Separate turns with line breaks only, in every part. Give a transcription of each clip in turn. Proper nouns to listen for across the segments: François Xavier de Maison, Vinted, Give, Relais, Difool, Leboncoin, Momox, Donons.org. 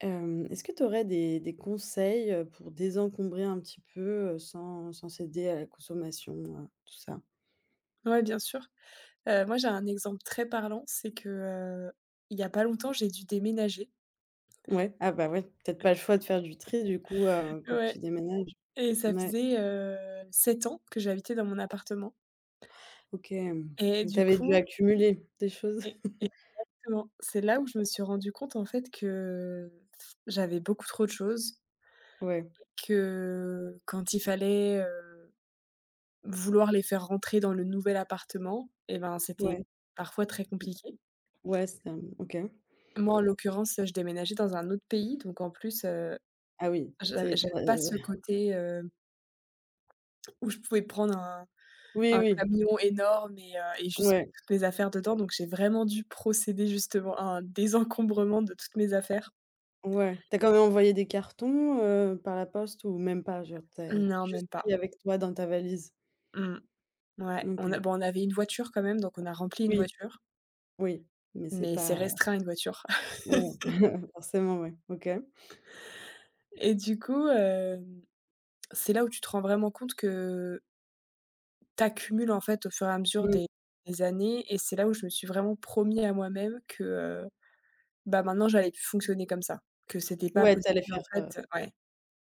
Est-ce que tu aurais des conseils, pour désencombrer un petit peu, sans céder à la consommation, tout ça?
Ouais, bien sûr. Moi, j'ai un exemple très parlant, c'est que, il y a pas longtemps, j'ai dû déménager.
Ouais, ah bah, ouais, peut-être pas le choix de faire du tri du coup, quand tu
Ouais,
déménages.
et ça
Ouais,
faisait, 7 ans que j'habitais dans mon appartement
OK, mmh,
et
donc
du
tu dû
coup,
accumuler des choses?
e exactement, c'est là où je me suis rendu compte, en fait, que j'avais beaucoup trop de choses,
Ouais,
que quand il fallait, vouloir les faire rentrer dans le nouvel appartement, et ben, c'était
ouais,
parfois très compliqué.
ouais, c'est un OK.
Moi, en l'occurrence, je déménageais dans un autre pays, donc en plus,
Ah oui,
J'av
c'est pas
j'avais pas ce côté, où je pouvais prendre un
oui, oui,
camion énorme et juste mettre
ouais,
toutes mes affaires dedans, donc j'ai vraiment dû procéder justement à un désencombrement de toutes mes affaires.
ouais. T'as quand même envoyé des cartons, par la poste ou même pas? Genre, t'as
Non,
juste
même pas.
pris avec toi dans ta valise?
Mmh. Ouais, on
OK.
a bon, on avait une voiture quand même, donc on a rempli une
Oui,
voiture,
oui, mais c'est
mais c'est
pas
restreint une voiture.
ouais, forcément, ouais, OK.
Et du coup, c'est là où tu te rends vraiment compte que t'accumules, en fait, au fur et à mesure
Mmh.
des années, et c'est là où je me suis vraiment promis à moi-même que, bah, maintenant, j'allais plus fonctionner comme ça, que c'était pas
Ouais. t'allais
possible en
faire, heu,
fait, ouais.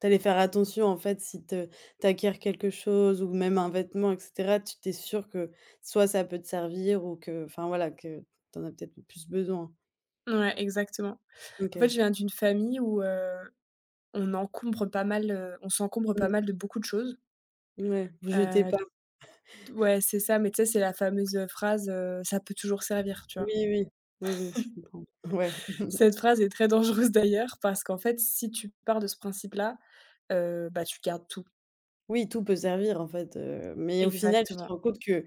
tu faire attention, en fait, si te tu acquiers quelque chose ou même un vêtement et cetera, tu t'es sûr que soit ça peut te servir ou que enfin, voilà, que t'en as peut-être plus besoin.
Ouais, exactement. En fait, je
OK.
viens d'une famille où, on encombre pas mal, on s'encombre pas
Mmh,
mal de beaucoup de choses.
ouais, vous jetez
Heu,
pas.
ouais, c'est ça, mais tu sais, c'est la fameuse phrase, «Ça peut toujours servir», tu
Oui,
vois?
oui. Oui, oui, je comprends. Ouais.
Cette phrase est très dangereuse d'ailleurs, parce qu'en fait, si tu pars de ce principe-là, bah, tu gardes tout.
Oui, tout peut servir, en fait, mais au final, tu te
Exactement.
rends compte que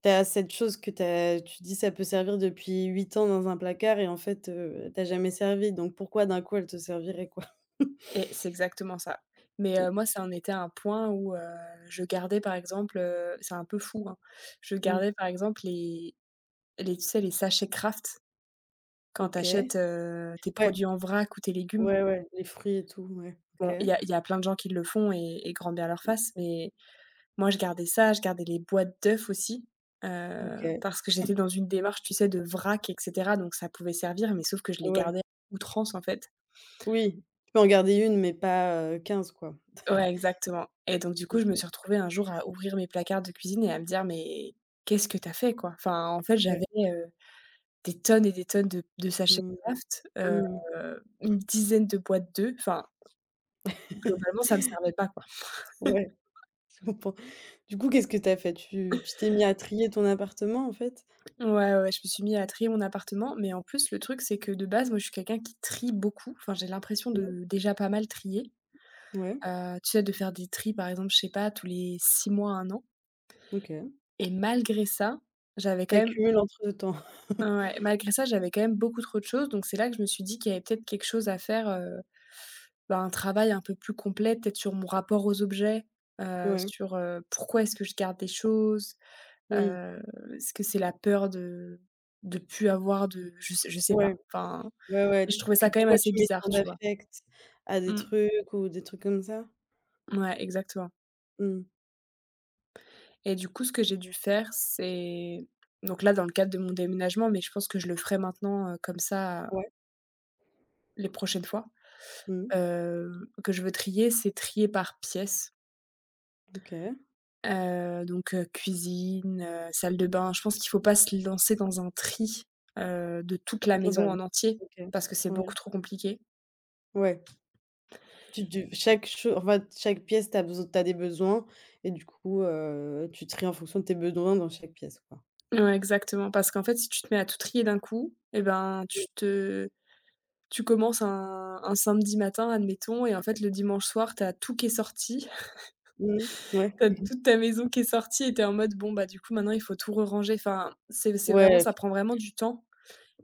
t'as cette chose que t'as tu dis: «Ça peut servir depuis 8 ans dans un placard» et en fait, elle jamais servi, donc pourquoi d'un coup elle te servirait quoi?
Et c'est exactement ça. Mais moi, ça en était un point où, je gardais par exemple, c'est un peu fou, hein, je
Mmh.
gardais par exemple les les, tu sais, les sachets Kraft quand tu
OK.
achètes tes
Ouais,
produits en vrac ou tes légumes.
ouais, ouais, les fruits et tout, ouais. OK,
Bon, il y a plein de gens qui le font, et grand bien leur face, mais moi, je gardais ça, je gardais les boîtes d'œufs aussi,
OK,
parce que j'étais dans une démarche, tu sais, de vrac et cetera, donc ça pouvait servir, mais sauf que je les
ouais.
gardais à outrance, en fait.
Oui, tu peux en garder une mais pas, 15 quoi.
Ouais, exactement, et donc du coup, je me
OK,
suis retrouvée un jour à ouvrir mes placards de cuisine et à me dire: «Mais qu'est-ce que t'as fait, quoi ?» Enfin, en fait, j'avais,
ouais.
des tonnes et des tonnes de sachets
Mmh,
Kraft,
mmh,
une dizaine de boîtes d'œufs. Enfin, globalement, ça me servait pas, quoi.
ouais, je comprends. Du coup, qu'est-ce que t'as fait? Tu t'es mis à trier ton appartement en fait?
Ouais, je me suis mis à trier mon appartement, mais en plus, le truc, c'est que de base, moi, je suis quelqu'un qui trie beaucoup. Enfin, j'ai l'impression
Mmh,
de déjà pas mal trier,
ouais,
tu sais, de faire des tris, par exemple, je sais pas, tous les 6 mois, un an,
OK.
et malgré ça, j'avais quand même...
T'accumules entre-temps.
Ouais, malgré ça, j'avais quand même beaucoup trop de choses, donc c'est là que je me suis dit qu'il y avait peut-être quelque chose à faire, bah, un travail un peu plus complet, peut-être sur mon rapport aux objets,
Ouais,
sur, pourquoi est-ce que je garde des choses?
oui,
Heu, Est-ce que c'est la peur de plus avoir de... je sais pas,
ouais.
enfin,
Ouais,
je
ouais, tu
trouvais ça
que
quand même
pourquoi
assez
tu mets
bizarre,
tant
tu vois?
d'affect à des
Mmh,
trucs ou des trucs comme ça?
ouais, exactement,
Mmh.
et du coup, ce que j'ai dû faire, c'est donc là, dans le cadre de mon déménagement, mais je pense que je le ferai maintenant, comme ça,
Ouais.
les prochaines fois.
Mmh.
heu, que je veux trier, c'est trier par pièce.
OK.
Cuisine, salle de bain. Je pense qu'il faut pas se lancer dans un tri, de toute la maison
Global,
en entier,
OK.
parce que c'est beaucoup
Ouais.
trop compliqué.
Ouais. Tu tu chaque cho enfin, chaque pièce, tu as des besoins et du coup, tu tries en fonction de tes besoins dans chaque pièce, quoi.
Ouais, exactement, parce qu'en fait, si tu te mets à tout trier d'un coup, et ben, tu commences un samedi matin, admettons, et en fait, le dimanche soir, t'as tout qui est sorti.
Mmh mh. Ouais.
T'as toute ta maison qui est sortie, et t'es en mode: «Bon, bah, du coup, maintenant, il faut tout re-ranger». Enfin, c'est vraiment...
Ouais,
ça prend vraiment du temps.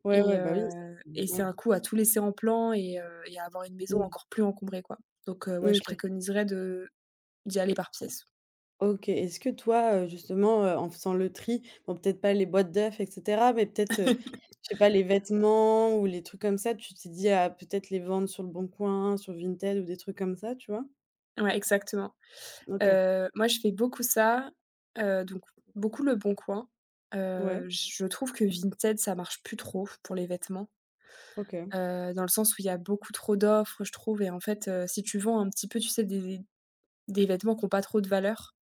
ouais, ouais, bah, oui.
Et c'est
Ouais.
un coût à tout laisser en plan, et à avoir une maison
Mmh.
encore plus encombrée, quoi. Donc ouais, je
OK.
préconiserais de d'y aller par pièce.
OK. Est-ce que toi, justement, en faisant le tri, bon peut-être pas les boîtes d'œufs et cetera, mais peut-être, je sais pas, les vêtements ou les trucs comme ça, tu t'es dit: à peut peut-être les vendre sur le Bon Coin, sur Vinted» ou des trucs comme ça, tu vois?
Ouais, exactement.
OK.
Moi, je fais beaucoup ça, heu, donc beaucoup le Leboncoin.
Ouais,
Je trouve que Vinted, ça marche plus trop pour les vêtements,
OK.
dans le sens où il y a beaucoup trop d'offres, je trouve, et en fait, si tu vends un petit peu, tu sais, des vêtements qui ont pas trop de valeur,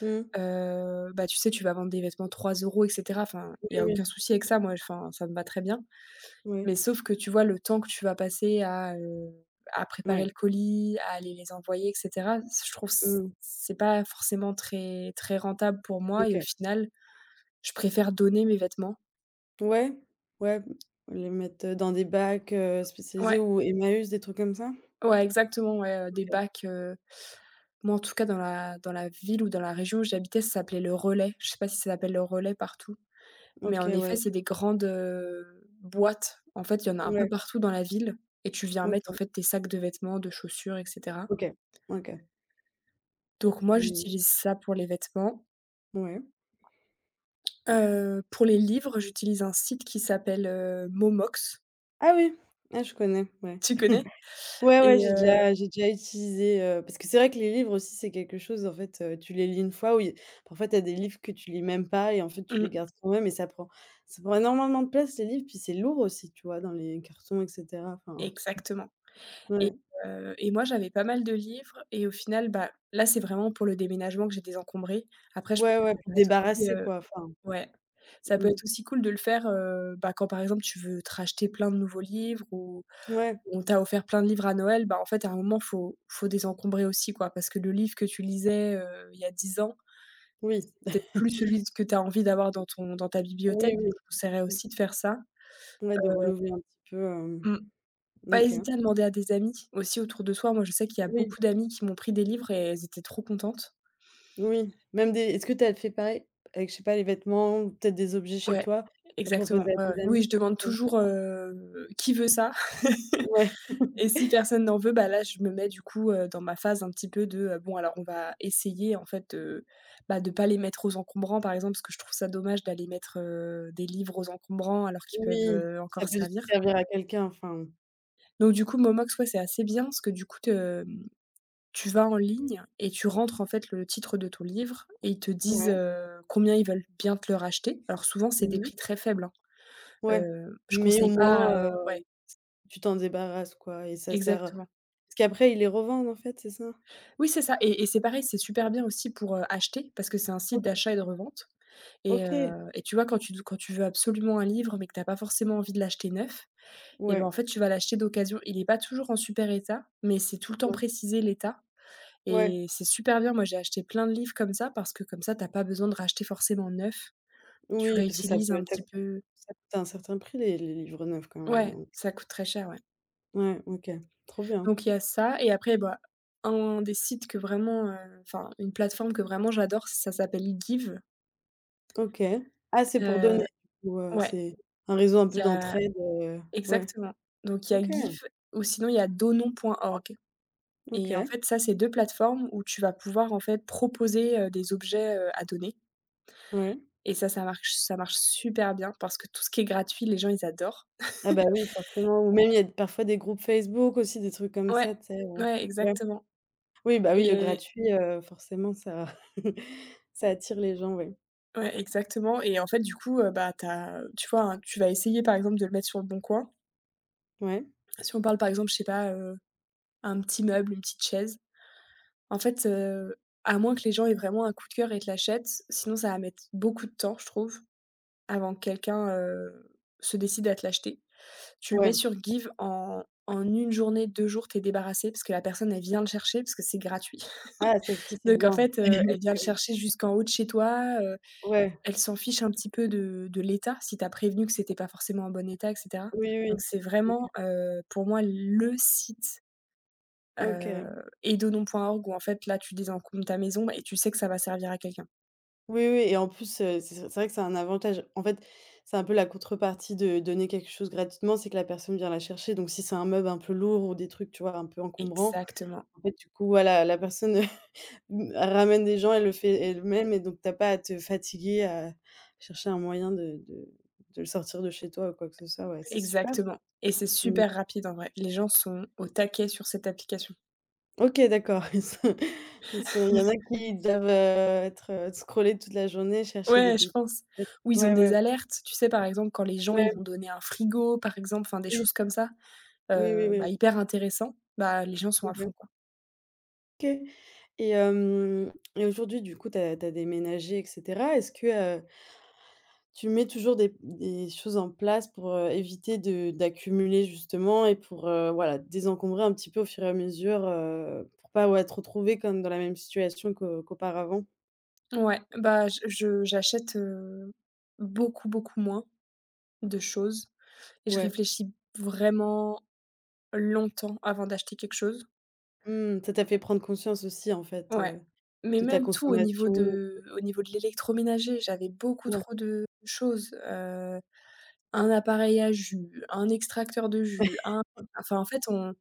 Mmh.
bah, tu sais, tu vas vendre des vêtements 3 euros et cetera. Enfin, il y
Oui,
a aucun
oui.
souci avec ça, moi, enfin, ça me va très bien.
Oui.
Mais sauf que tu vois, le temps que tu vas passer à préparer
Ouais.
le colis, à aller les envoyer et cetera, c je trouve
Mmh.
c'est pas forcément très très rentable pour moi, et au
OK.
final, je préfère donner mes vêtements.
Ouais. Ouais, les mettre, dans des bacs, spécialisés
Ouais,
ou Emmaüs, des trucs comme ça?
ouais, exactement, ouais, des
OK.
bacs, moi, en tout cas, dans la ville ou dans la région où j'habitais, ça s'appelait le Relais. Je sais pas si ça s'appelle le Relais partout, mais en
OK,
effet,
ouais.
c'est des grandes, boîtes. En fait, il y en a un peu
Ouais.
partout dans la ville, et tu viens mettre, en
OK.
fait, tes sacs de vêtements, de chaussures et cetera.
OK. OK.
Donc moi,
Mmh.
j'utilise ça pour les vêtements.
Ouais.
Pour les livres, j'utilise un site qui s'appelle, Momox.
Ah oui! Ah je connais, ouais.
Tu connais?
Ouais, ouais,
Et
j'ai déjà utilisé, parce que c'est vrai que les livres aussi, c'est quelque chose, en fait, tu les lis une fois, oui, parfois tu as des livres que tu lis même pas et en fait, tu les
mmh,
gardes quand même et ça prend énormément de place les livres, puis c'est lourd aussi, tu vois, dans les cartons et cetera, enfin,
exactement, et
ouais.
et moi, j'avais pas mal de livres, et au final, bah, là, c'est vraiment pour le déménagement que j'ai désencombré. Après, je pense
Ouais,
que
ouais,
ça
puis
peut être aussi,
débarrasser quoi, enfin,
ouais, ça peut
mmh,
être aussi cool de le faire, bah, quand, par exemple, tu veux te racheter plein de nouveaux livres, ou
ouais,
on t'a offert plein de livres à Noël, bah, en fait, à un moment, faut désencombrer aussi, quoi, parce que le livre que tu lisais, il y a 10 ans...
oui,
peut-être plus celui que tu as envie d'avoir dans ton dans ta bibliothèque,
oui,
donc
oui,
je conseillerais
mmh,
aussi de faire ça.
ouais, de renouveler un petit peu,
Mmh. Pas
OK.
hésiter à demander à des amis aussi autour de soi. Moi, je sais qu'il y a
Oui,
beaucoup d'amis qui m'ont pris des livres, et elles étaient trop contentes.
oui, même des est-ce que tu as fait pareil avec, je sais pas, les vêtements ou peut-être des objets
Ouais,
chez
Ouais.
toi? T'as
Exactement.
proposé à
Ouais, ouais.
tes
Oui,
amis?
je demande
Ouais.
toujours, «Qui veut ça ?»
Ouais.
Et si personne n'en veut, bah, là, je me mets du coup, dans ma phase un petit peu de, bon, alors on va essayer en fait de, bah, de pas les mettre aux encombrants, par exemple, parce que je trouve ça dommage d'aller mettre, des livres aux encombrants alors qu'ils peuvent,
Oui, ça
encore
peut
servir.
servir à quelqu'un, enfin,
Donc du coup, Momox, ouais, c'est assez bien parce que du coup, te mmh, tu vas en ligne et tu rentres en fait le titre de ton livre, et ils te disent,
ouais,
combien ils veulent bien te le racheter. Alors souvent, c'est des
mmh mh,
prix très faibles, hein.
ouais,
Je
mais au
conseille pas,
moins,
ouais,
tu t'en débarrasses, quoi et ça sert
exactement.
parce qu'après ils les revendent, en fait, c'est ça?
Oui, c'est ça, et c'est pareil, c'est super bien aussi pour, acheter, parce que c'est un site
OK.
d'achat et de revente,
OK,
et tu vois, quand tu veux absolument un livre, mais que t'as pas forcément envie de l'acheter neuf, et ben,
ouais,
en fait, tu vas l'acheter d'occasion. Il est pas toujours en super état, mais c'est tout le temps
ouais,
précisé, l'état.
ouais,
Et c'est super bien, moi j'ai acheté plein de livres comme ça, parce que comme ça, t'as pas besoin de racheter forcément neuf. Tu
oui, parce que ça peut
réutilises un
ça
petit peu...
ça coûte un certain prix les livres neufs quand même,
ouais,
donc
ça coûte très cher, ouais.
ouais, OK, trop bien.
Donc il y a ça, et après, bah, un des sites que vraiment, enfin une plateforme que vraiment j'adore, ça s'appelle Give.
OK. Ah, c'est pour
Heu,
donner du coup,
ouais,
c'est un réseau un
il y
peu
a...
d'entraide, heu, ouais.
exactement. Donc il y a
OK,
Give, ou sinon il y a Donons.org, et en
OK,
fait ça, c'est 2 plateformes où tu vas pouvoir en fait proposer, des objets, à donner,
ouais.
et ça, ça marche super bien, parce que tout ce qui est gratuit, les gens ils adorent.
Ah bah, oui, forcément ou même il y a parfois des groupes Facebook aussi, des trucs comme
Ouais,
ça, tu sais,
ouais,
ouais.
exactement
Oui, bah, oui, le
et
gratuit, forcément ça ça attire les gens, ouais.
ouais, exactement, et en fait, du coup, bah, t'as, tu vois, hein, tu vas essayer, par exemple, de le mettre sur le bon coin.
Ouais,
Si on parle, par exemple, je sais pas, un petit meuble, une petite chaise, en fait, à moins que les gens aient vraiment un coup de cœur et te l'achètent, sinon ça va mettre beaucoup de temps, je trouve, avant que quelqu'un, se décide à te l'acheter. Tu le mets
ouais.
sur Give en 1 journée, 2 jours, t'es débarrassé parce que la personne, elle vient le chercher parce que c'est gratuit.
Ah ça aussi c'est
Donc en
bien.
fait, elle vient le chercher jusqu'en haut de chez toi.
OK. Ouais,
Elle s'en fiche un petit peu de l'état, si tu as prévenu que c'était pas forcément en bon état et cetera.
oui, oui.
Donc c'est
OK.
vraiment, pour moi le site,
OK.
heu, edodon.org où en fait là tu désencombres ta maison et tu sais que ça va servir à quelqu'un.
Oui, oui et en plus, c'est vrai que c'est un avantage. En fait, c'est un peu la contrepartie de donner quelque chose gratuitement, c'est que la personne vient la chercher donc si c'est un meuble un peu lourd ou des trucs, tu vois, un peu encombrants,
Exactement,
en fait, du coup, voilà, la personne Mmh, elle ramène des gens, elle le fait elle-même et donc tu as pas à te fatiguer à chercher un moyen de le sortir de chez toi ou quoi que ce soit, ouais, c'est super ça.
exactement, et c'est
Mmh.
super rapide en vrai. Les gens sont au taquet sur cette application.
OK, d'accord. Ils sont il y en a qui doivent, être, scroller toute la journée, chercher des
Ouais, je
pépites.
pense. Ou ils ont
Ouais, ouais,
des
ouais,
alertes, tu sais, par exemple quand les gens ils
ouais,
vont donner un frigo par exemple, enfin des choses comme ça.
oui, oui, oui, oui.
Hyper intéressant, bah, les gens sont à
Mmh mh.
fond quoi.
OK et hem et aujourd'hui, du coup, tu as déménagé et cetera. Est-ce que, tu mets toujours des choses en place pour, éviter de d'accumuler justement et pour, voilà, désencombrer un petit peu au fur et à mesure, pour pas, ouais, te retrouver comme dans la même situation qu'auparavant.
Ouais, bah, je j'achète, beaucoup, beaucoup moins de choses, et je
Ouais.
réfléchis vraiment longtemps avant d'acheter quelque chose.
Mmh, ça t'a fait prendre conscience aussi en fait,
Ouais, mais
de ta
même tout au niveau
consommation.
de l'électroménager, j'avais beaucoup
Ouais.
trop de choses. Un appareil à jus, un extracteur de jus, un enfin, en fait, on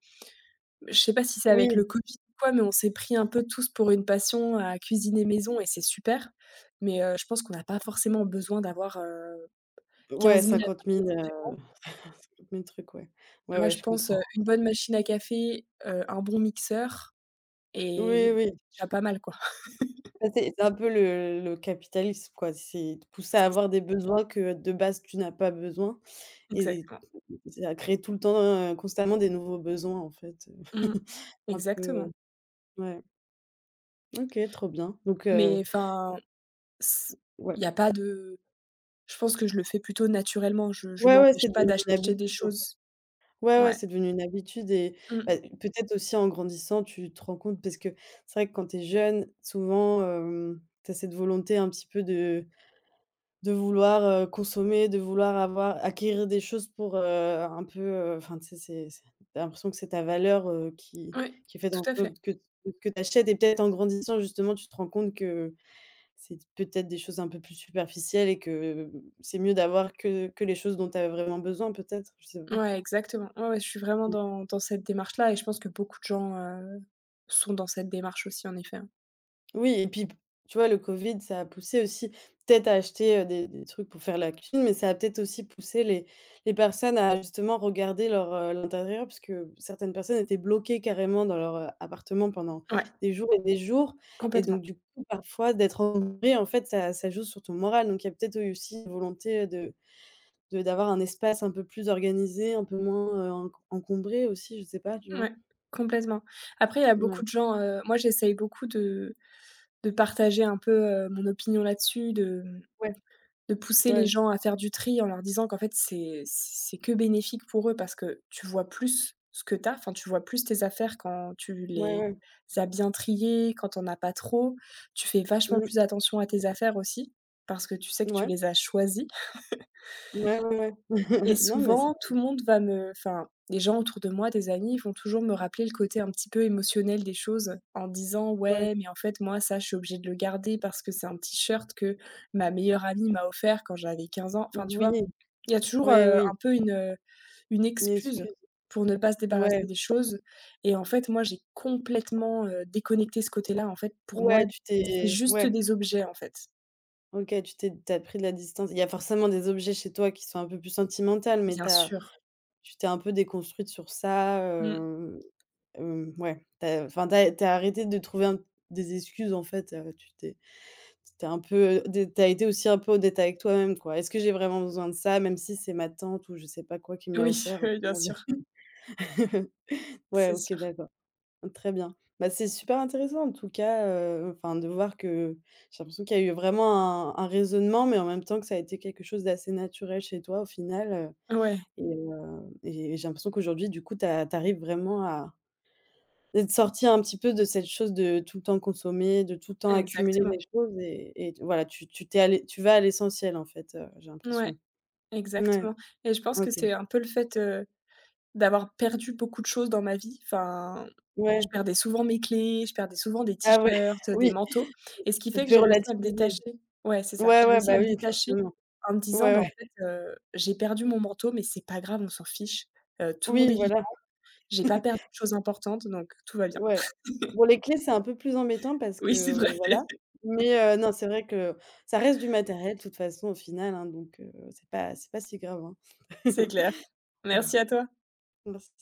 je sais pas si c'est
Oui,
avec le covid ou quoi, mais on s'est pris un peu tous pour une passion à cuisiner maison et c'est super, mais je pense qu'on n'a pas forcément besoin d'avoir
ouais,
15 000
cinquante
appareils
mille
différents.
50 000 trucs, ouais. Ouais,
Ouais,
ouais,
je
je
pense,
comprends.
une bonne machine à café, un bon mixeur,
Oui,
et
oui.
déjà pas mal, quoi.
Ça, c'est un peu le capitalisme quoi, c'est de pousser à
C'est ça,
avoir des besoins que de base tu n'as pas besoin. Et
exactement.
ça crée tout le temps, constamment des nouveaux besoins en fait, heu,
Mmh.
un peu,
Exactement.
ouais. OK, trop bien. Donc
Mais enfin, s
ouais.
il y a pas de je pense que je le fais plutôt naturellement, je
Ouais, ouais,
m'empêche
c'est
pas
devenu une
d'acheter
habitude,
des
en fait.
choses.
Ouais, ouais,
Ouais.
c'est devenu une habitude et bah,
Mmh.
peut-être aussi en grandissant, tu te rends compte parce que c'est vrai que quand tu es jeune, souvent, tu as cette volonté un petit peu de vouloir, consommer, de vouloir avoir acquérir des choses pour, un peu, enfin, tu sais, c'est tu l'impression que c'est ta valeur,
Ouais,
qui est faite en
tout à fait.
sorte que tu achètes et peut-être en grandissant, justement, tu te rends compte que c'est peut-être des choses un peu plus superficielles et que mmh, c'est mieux d'avoir que les choses dont tu as vraiment besoin peut-être? Je sais pas.
Ouais, exactement. Ouais, ouais, je suis vraiment dans cette démarche-là, et je pense que beaucoup de gens sont dans cette démarche aussi, en effet, hein.
Oui et puis, tu vois, le covid, ça a poussé aussi peut-être à acheter, des trucs pour faire la cuisine, mais ça a peut-être aussi poussé les personnes à justement regarder leur, l'intérieur parce que certaines personnes étaient bloquées carrément dans leur, appartement pendant
Ouais,
des jours et
complètement.
donc du coup, parfois, d'être encombré, en fait, ça joue sur ton moral donc il y a peut-être eu aussi une volonté, de d'avoir un espace un peu plus organisé, un peu moins, encombré aussi, je sais pas, tu vois?
Ouais, complètement. Après, il y a beaucoup
Ouais.
de gens, moi, j'essaye beaucoup de partager un peu mon opinion là-dessus, de, mmh,
Ouais,
de pousser les
ouais,
gens à faire du tri en leur disant qu'en fait, c'est que bénéfique pour eux parce que tu vois plus ce que tu as, enfin, tu vois plus tes affaires quand tu
ouais,
les
ouais.
as bien triées, quand on en as pas trop. Tu fais vachement
Mmh.
plus attention à tes affaires aussi parce que tu sais que tu
Ouais.
les as choisies.
Ouais, ouais,
Et
ouais. Non, mais ça
souvent, tout le monde va me les gens autour de moi, des amis, vont toujours me rappeler le côté un petit peu émotionnel des choses en disant:
ouais.
«Ouais, mais en fait, moi, ça, je suis obligée de le garder parce que c'est un t-shirt que ma meilleure amie m'a offert quand j'avais 15 ans». Enfin, tu
Oui,
vois? Il y a toujours
ouais, oui,
un peu une
une
excuse
excuse.
pour ne pas se débarrasser
Ouais,
des choses. Et en fait, moi, j'ai complètement, déconnecté ce côté-là. En fait, pour moi,
ouais,
c'est juste des objets, en fait.
OK, tu t'es t'as pris de la distance. Il y a forcément des objets chez toi qui sont un peu plus sentimentaux mais
Bien
t'as
sûr.
tu t'es un peu déconstruite sur ça,
Mmh.
ouais, tu enfin, t'as arrêté de trouver un des excuses, en fait, tu t'es t'es un peu dé tu été aussi un peu honnête avec toi-même, quoi. Est-ce que j'ai vraiment besoin de ça, même si c'est ma tante ou je sais pas quoi qui me l'a
Oui,
offert, au
oui, bien
final?
sûr,
Ouais,
c'est
OK,
sûr.
d'accord. Très bien. Bah, c'est super intéressant en tout cas, enfin de voir que j'ai l'impression qu'il y a eu vraiment un raisonnement, mais en même temps que ça a été quelque chose d'assez naturel chez toi au final,
Ouais.
et j'ai l'impression qu'aujourd'hui du coup tu arrives vraiment à être sorti un petit peu de cette chose de tout le temps consommer, de tout le temps accumuler les
Exactement.
choses et voilà, tu tu t'es allé tu vas à l'essentiel en fait, j'ai
Ouais,
l'impression. Ouais,
exactement, et je pense que
OK.
c'est un peu le fait d'avoir perdu beaucoup de choses dans ma vie. Enfin, je
Ouais.
perdais souvent mes clés, je perdais souvent des
Ah ouais,
t-shirts, des
oui,
manteaux, et ce qui
ça
fait
te
que
fait
j'ai réussi à me
relativiser.
détacher. Ouais, c'est ça,
Ouais,
j'ai
ouais,
réussi
bah
à me
oui,
détacher
forcément.
en me disant:
Ouais,
«Bah,
ouais.
en fait, j'ai perdu mon manteau, mais c'est pas grave, on s'en fiche, tout le monde
Oui,
est vivant,
voilà.
j'ai pas perdu de choses importantes, donc tout va bien».
Ouais. Bon, les clés, c'est un peu plus embêtant parce que
Oui, c'est vrai.
voilà, mais non, c'est vrai que ça reste du matériel de toute façon au final, hein, donc c'est pas si grave, hein.
C'est clair. Merci à toi.
Merci.